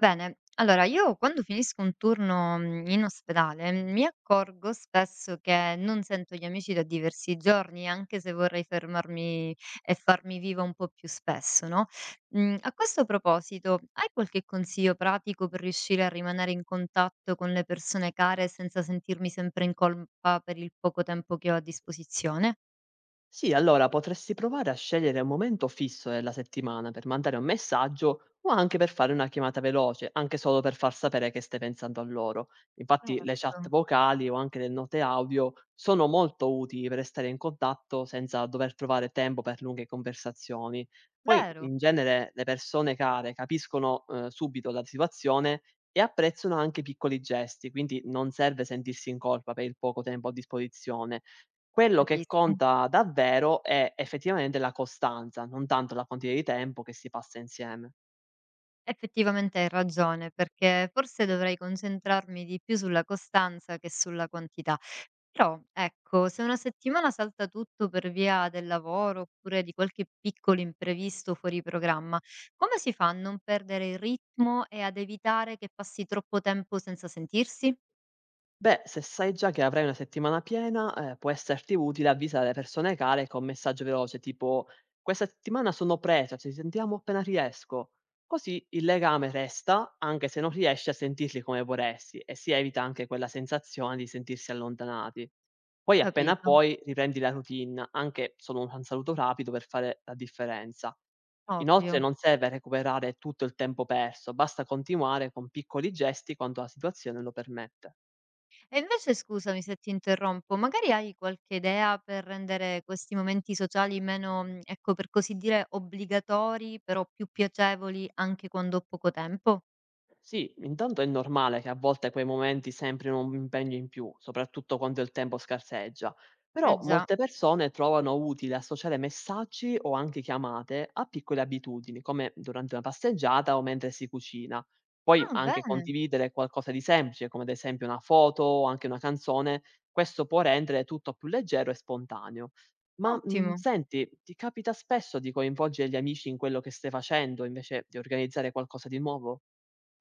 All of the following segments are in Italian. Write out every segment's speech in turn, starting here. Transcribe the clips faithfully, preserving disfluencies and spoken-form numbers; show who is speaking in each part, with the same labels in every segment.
Speaker 1: Bene, allora io quando finisco un turno mm, in ospedale mhmm, mi accorgo spesso che non sento gli amici da diversi giorni, anche se vorrei fermarmi e farmi viva un po' più spesso, no? Mm, A questo proposito, hai qualche consiglio pratico per riuscire a rimanere in contatto con le persone care senza sentirmi sempre in colpa per il poco tempo che ho a disposizione?
Speaker 2: Sì, allora potresti provare a scegliere un momento fisso della settimana per mandare un messaggio o anche per fare una chiamata veloce, anche solo per far sapere che stai pensando a loro. Infatti le chat
Speaker 1: Certo.
Speaker 2: vocali o anche le note audio sono molto utili per restare in contatto senza dover trovare tempo per lunghe conversazioni. Poi
Speaker 1: Vero,
Speaker 2: in genere le persone care capiscono eh, subito la situazione e apprezzano anche i piccoli gesti, quindi non serve sentirsi in colpa per il poco tempo a disposizione. Quello che
Speaker 1: capisco.
Speaker 2: conta davvero è effettivamente la costanza, non tanto la quantità di tempo che si passa insieme.
Speaker 1: Effettivamente hai ragione, perché forse dovrei concentrarmi di più sulla costanza che sulla quantità. Però, ecco, se una settimana salta tutto per via del lavoro oppure di qualche piccolo imprevisto fuori programma, come si fa a non perdere il ritmo e ad evitare che passi troppo tempo senza sentirsi?
Speaker 2: Beh, se sai già che avrai una settimana piena, eh, può esserti utile avvisare le persone care con messaggio veloce tipo: questa settimana sono presa, ci sentiamo appena riesco. Così il legame resta anche se non riesci a sentirli come vorresti e si evita anche quella sensazione di sentirsi allontanati. Poi appena
Speaker 1: Capito,
Speaker 2: puoi riprendi la routine, anche solo un saluto rapido per fare la differenza.
Speaker 1: ovvio.
Speaker 2: Inoltre non serve recuperare tutto il tempo perso, basta continuare con piccoli gesti quando la situazione lo permette.
Speaker 1: E invece scusami se ti interrompo, magari hai qualche idea per rendere questi momenti sociali meno, mhmm, ecco, per così dire, obbligatori, però più piacevoli anche quando ho poco tempo?
Speaker 2: Sì, intanto è normale che a volte quei momenti sembrino un impegno in più, soprattutto quando il tempo scarseggia,
Speaker 1: Eh
Speaker 2: però
Speaker 1: già.
Speaker 2: molte persone trovano utile associare messaggi o anche chiamate a piccole abitudini, come durante una passeggiata o mentre si cucina. Poi
Speaker 1: Ah,
Speaker 2: anche
Speaker 1: bene,
Speaker 2: condividere qualcosa di semplice, come ad esempio una foto o anche una canzone, questo può rendere tutto più leggero e spontaneo. Ma mm,
Speaker 1: ottimo.
Speaker 2: senti, ti capita spesso di coinvolgere gli amici in quello che stai facendo invece di organizzare qualcosa di nuovo?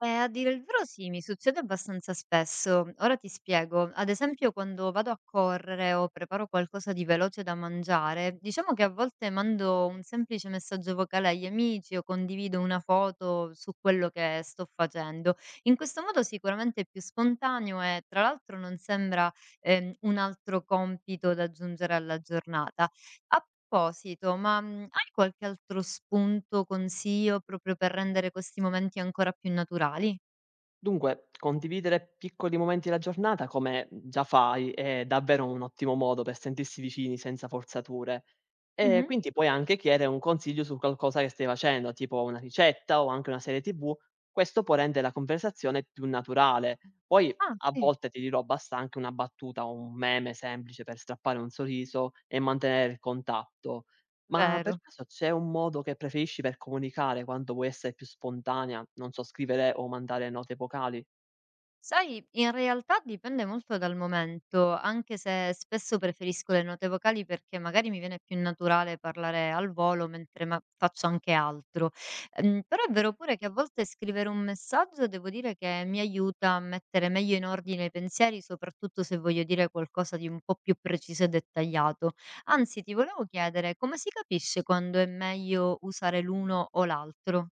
Speaker 1: Eh, a dire il vero sì, mi succede abbastanza spesso. Ora ti spiego. Ad esempio, quando vado a correre o preparo qualcosa di veloce da mangiare, diciamo che a volte mando un semplice messaggio vocale agli amici o condivido una foto su quello che sto facendo. In questo modo sicuramente è più spontaneo e tra l'altro non sembra ehm, un altro compito da aggiungere alla giornata. A proposito, ma, mhmm, hai qualche altro spunto, consiglio proprio per rendere questi momenti ancora più naturali?
Speaker 2: Dunque, condividere piccoli momenti della giornata, come già fai, è davvero un ottimo modo per sentirsi vicini senza forzature. E
Speaker 1: Mh-mh.
Speaker 2: quindi puoi anche chiedere un consiglio su qualcosa che stai facendo, tipo una ricetta o anche una serie T V. Questo può rendere la conversazione più naturale. Poi
Speaker 1: Ah,
Speaker 2: a
Speaker 1: sì.
Speaker 2: volte ti dirò, basta anche una battuta o un meme semplice per strappare un sorriso e mantenere il contatto. Ma per
Speaker 1: Vero.
Speaker 2: caso c'è un modo che preferisci per comunicare quando vuoi essere più spontanea? Non so, scrivere o mandare note vocali?
Speaker 1: Sai, in realtà dipende molto dal momento, anche se spesso preferisco le note vocali perché magari mi viene più naturale parlare al volo mentre ma- faccio anche altro. Ehm, però è vero pure che a volte scrivere un messaggio devo dire che mi aiuta a mettere meglio in ordine i pensieri, soprattutto se voglio dire qualcosa di un po' più preciso e dettagliato. Anzi, ti volevo chiedere come si capisce quando è meglio usare l'uno o l'altro?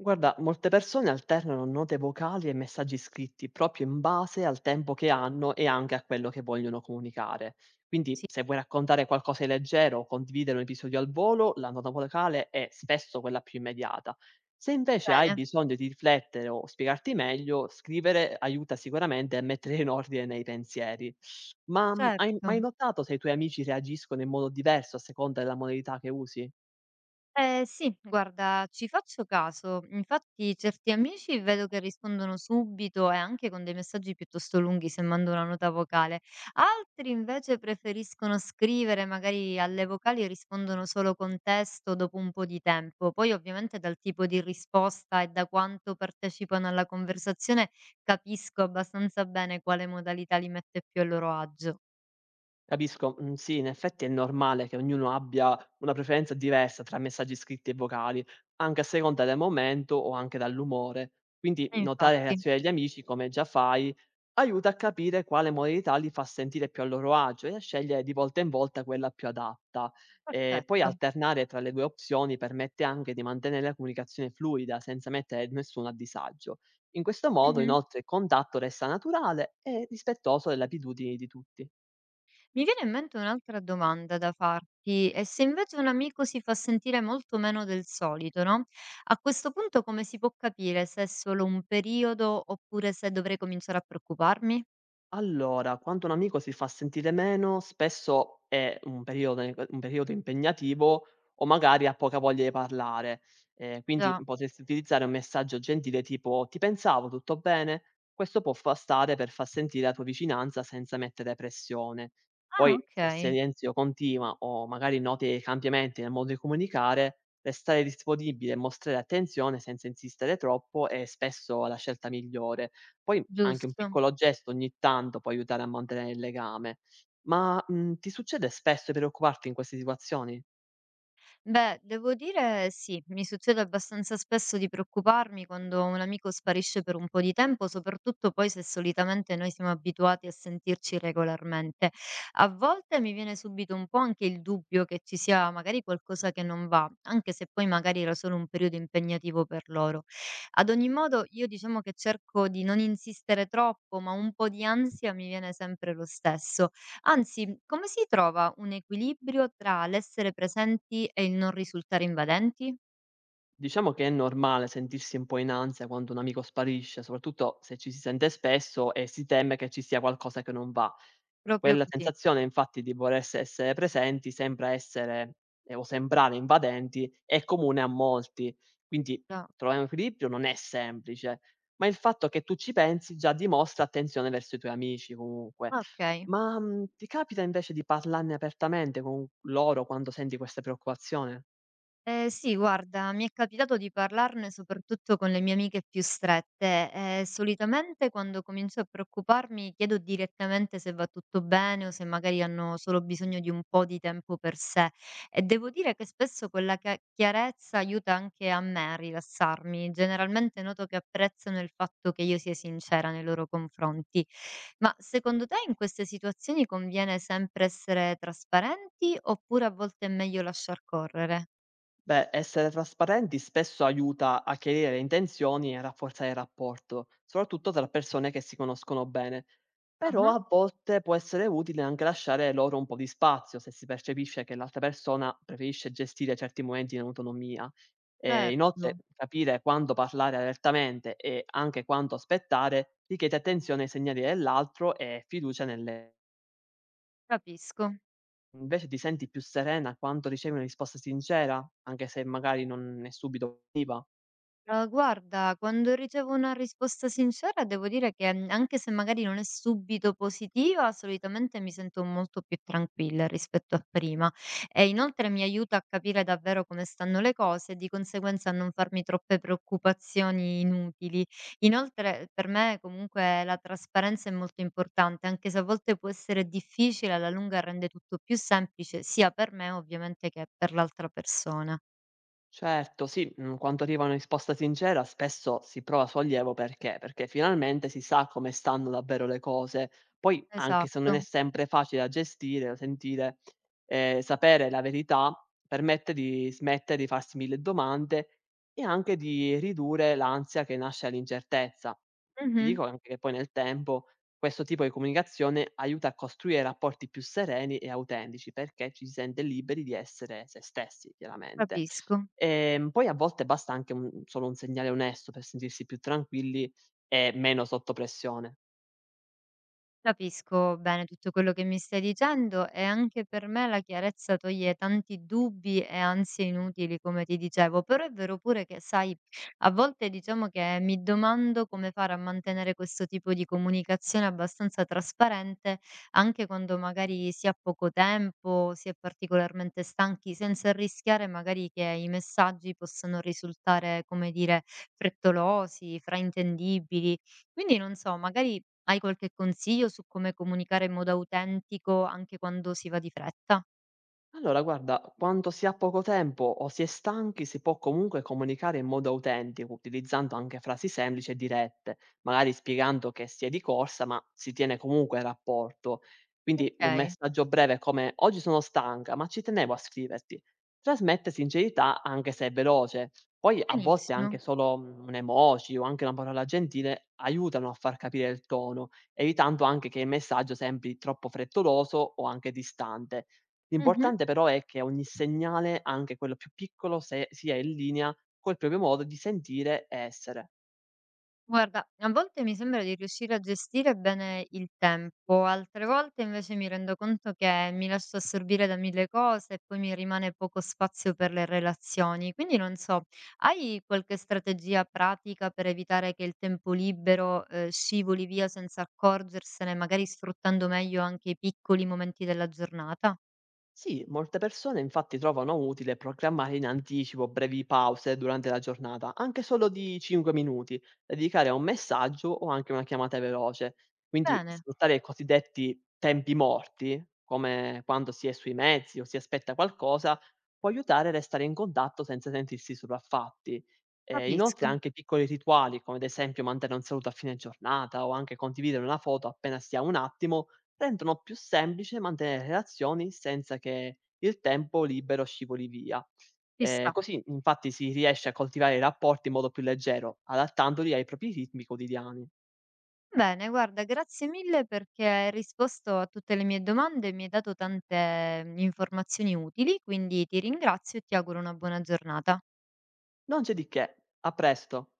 Speaker 2: Guarda, molte persone alternano note vocali e messaggi scritti proprio in base al tempo che hanno e anche a quello che vogliono comunicare. Quindi,
Speaker 1: Sì,
Speaker 2: se vuoi raccontare qualcosa di leggero o condividere un episodio al volo, la nota vocale è spesso quella più immediata. Se invece hai
Speaker 1: bene,
Speaker 2: bisogno di riflettere o spiegarti meglio, scrivere aiuta sicuramente a mettere in ordine nei pensieri. Ma mm, hai
Speaker 1: certo.
Speaker 2: mai notato se i tuoi amici reagiscono in modo diverso a seconda della modalità che usi?
Speaker 1: Eh sì, guarda, ci faccio caso. Infatti, certi amici vedo che rispondono subito e anche con dei messaggi piuttosto lunghi se mando una nota vocale. Altri invece preferiscono scrivere, magari alle vocali rispondono solo con testo dopo un po' di tempo. Poi, ovviamente, dal tipo di risposta e da quanto partecipano alla conversazione capisco abbastanza bene quale modalità li mette più a loro agio.
Speaker 2: Capisco, mhmm, sì, in effetti è normale che ognuno abbia una preferenza diversa tra messaggi scritti e vocali, anche a seconda del momento o anche dall'umore. Quindi
Speaker 1: E
Speaker 2: notare le
Speaker 1: infatti,
Speaker 2: reazioni degli amici, come già fai, aiuta a capire quale modalità li fa sentire più a loro agio e a scegliere di volta in volta quella più adatta. E poi
Speaker 1: perfetto.
Speaker 2: alternare tra le due opzioni permette anche di mantenere la comunicazione fluida, senza mettere nessuno a disagio. In questo modo,
Speaker 1: Mhm.
Speaker 2: inoltre, il contatto resta naturale e rispettoso delle abitudini di tutti.
Speaker 1: Mi viene in mente un'altra domanda da farti, e se invece un amico si fa sentire molto meno del solito, no? A questo punto come si può capire se è solo un periodo oppure se dovrei cominciare a preoccuparmi?
Speaker 2: Allora, quando un amico si fa sentire meno, spesso è un periodo ne un periodo impegnativo o magari ha poca voglia di parlare. Ehm, quindi
Speaker 1: Già.
Speaker 2: potresti utilizzare un messaggio gentile tipo: "Ti pensavo, tutto bene?" Questo può bastare per far sentire la tua vicinanza senza mettere pressione.
Speaker 1: Ah,
Speaker 2: Poi, se il
Speaker 1: ok,
Speaker 2: silenzio continua o magari noti cambiamenti nel modo di comunicare, restare disponibile e mostrare attenzione senza insistere troppo è spesso la scelta migliore. Poi anche un
Speaker 1: giusto.
Speaker 2: piccolo gesto ogni tanto può aiutare a mantenere il legame. Ma, mhmm, ti succede spesso di preoccuparti in queste situazioni?
Speaker 1: Beh, devo dire sì, mi succede abbastanza spesso di preoccuparmi quando un amico sparisce per un po' di tempo, soprattutto poi se solitamente noi siamo abituati a sentirci regolarmente. A volte mi viene subito un po' anche il dubbio che ci sia magari qualcosa che non va, anche se poi magari era solo un periodo impegnativo per loro. Ad ogni modo, io diciamo che cerco di non insistere troppo, ma un po' di ansia mi viene sempre lo stesso. Anzi, come si trova un equilibrio tra l'essere presenti e il non risultare invadenti?
Speaker 2: Diciamo che è normale sentirsi un po' in ansia quando un amico sparisce, soprattutto se ci si sente spesso e si teme che ci sia qualcosa che non va.
Speaker 1: Proprio
Speaker 2: Quella
Speaker 1: così,
Speaker 2: sensazione infatti di volersi essere presenti sembra essere ehm, o sembrare invadenti, è comune a molti. Quindi
Speaker 1: da
Speaker 2: trovare un equilibrio non è semplice, ma il fatto che tu ci pensi già dimostra attenzione verso i tuoi amici comunque.
Speaker 1: ah, okay.
Speaker 2: Ma, mhmm, ti capita invece di parlarne apertamente con loro quando senti questa preoccupazione?
Speaker 1: Ehm, sì, guarda, mi è capitato di parlarne soprattutto con le mie amiche più strette e solitamente quando comincio a preoccuparmi chiedo direttamente se va tutto bene o se magari hanno solo bisogno di un po' di tempo per sé e devo dire che spesso quella ca chiarezza aiuta anche a me a rilassarmi. Generalmente noto che apprezzano il fatto che io sia sincera nei loro confronti. Ma secondo te in queste situazioni conviene sempre essere trasparenti oppure a volte è meglio lasciar correre?
Speaker 2: Beh, essere trasparenti spesso aiuta a chiarire le intenzioni e a rafforzare il rapporto, soprattutto tra persone che si conoscono bene. Però
Speaker 1: Ah-ah,
Speaker 2: a volte può essere utile anche lasciare loro un po' di spazio se si percepisce che l'altra persona preferisce gestire certi momenti in autonomia. E inoltre
Speaker 1: certo,
Speaker 2: capire quando parlare apertamente e anche quando aspettare richiede attenzione ai segnali dell'altro e fiducia nelle.
Speaker 1: capisco.
Speaker 2: Invece ti senti più serena quando ricevi una risposta sincera, anche se magari non è subito positiva?
Speaker 1: Uhm, guarda, quando ricevo una risposta sincera devo dire che, mhmm, anche se magari non è subito positiva, solitamente mi sento molto più tranquilla rispetto a prima e inoltre mi aiuta a capire davvero come stanno le cose e di conseguenza a non farmi troppe preoccupazioni inutili. Inoltre per me comunque la trasparenza è molto importante, anche se a volte può essere difficile, alla lunga rende tutto più semplice, sia per me ovviamente che per l'altra persona.
Speaker 2: Certo, sì, mhmm, quando arriva una risposta sincera spesso si prova sollievo. Perché? Perché finalmente si sa come stanno davvero le cose. Poi, anche se non
Speaker 1: Esatto.
Speaker 2: è sempre facile da gestire, da sentire, ehm, sapere la verità permette di smettere di farsi mille domande e anche di ridurre l'ansia che nasce dall'incertezza. Ti
Speaker 1: Mh-mh.
Speaker 2: dico anche che poi nel tempo questo tipo di comunicazione aiuta a costruire rapporti più sereni e autentici, perché ci si sente liberi di essere se stessi chiaramente.
Speaker 1: Capisco.
Speaker 2: Ehm, poi a volte basta anche un solo un segnale onesto per sentirsi più tranquilli e meno sotto pressione.
Speaker 1: Capisco bene tutto quello che mi stai dicendo e anche per me la chiarezza toglie tanti dubbi e ansie inutili, come ti dicevo, però è vero pure che, sai, a volte diciamo che mi domando come fare a mantenere questo tipo di comunicazione abbastanza trasparente, anche quando magari si ha poco tempo, si è particolarmente stanchi, senza rischiare magari che i messaggi possano risultare, come dire, frettolosi, fraintendibili. Quindi non so, magari hai qualche consiglio su come comunicare in modo autentico anche quando si va di fretta?
Speaker 2: Allora guarda, quando si ha poco tempo o si è stanchi, si può comunque comunicare in modo autentico, utilizzando anche frasi semplici e dirette, magari spiegando che si è di corsa, ma si tiene comunque il rapporto. Quindi un
Speaker 1: Okay,
Speaker 2: messaggio breve come: oggi sono stanca, ma ci tenevo a scriverti. Trasmette sincerità anche se è veloce. Poi a volte
Speaker 1: benissimo.
Speaker 2: anche solo mm, un emoji o anche una parola gentile aiutano a far capire il tono, evitando anche che il messaggio sembri troppo frettoloso o anche distante.
Speaker 1: Mh-mh.
Speaker 2: L'importante però è che ogni segnale, anche quello più piccolo, se sia in linea col proprio modo di sentire e essere.
Speaker 1: Guarda, a volte mi sembra di riuscire a gestire bene il tempo, altre volte invece mi rendo conto che mi lascio assorbire da mille cose e poi mi rimane poco spazio per le relazioni. Quindi non so, hai qualche strategia pratica per evitare che il tempo libero, ehm, scivoli via senza accorgersene, magari sfruttando meglio anche i piccoli momenti della giornata?
Speaker 2: Sì, molte persone infatti trovano utile programmare in anticipo brevi pause durante la giornata, anche solo di cinque minuti, da dedicare a un messaggio o anche una chiamata veloce. Quindi
Speaker 1: Bene.
Speaker 2: sfruttare i cosiddetti tempi morti, come quando si è sui mezzi o si aspetta qualcosa, può aiutare a restare in contatto senza sentirsi sopraffatti. Eh, inoltre
Speaker 1: Capisco,
Speaker 2: anche piccoli rituali, come ad esempio mandare un saluto a fine giornata o anche condividere una foto appena si ha un attimo, rendono più semplice mantenere relazioni senza che il tempo libero scivoli via.
Speaker 1: ci
Speaker 2: Ehm,
Speaker 1: sta.
Speaker 2: così infatti si riesce a coltivare i rapporti in modo più leggero, adattandoli ai propri ritmi quotidiani.
Speaker 1: Bene, guarda, grazie mille perché hai risposto a tutte le mie domande e mi hai dato tante mm, informazioni utili, quindi ti ringrazio e ti auguro una buona giornata.
Speaker 2: Non c'è di che, a presto.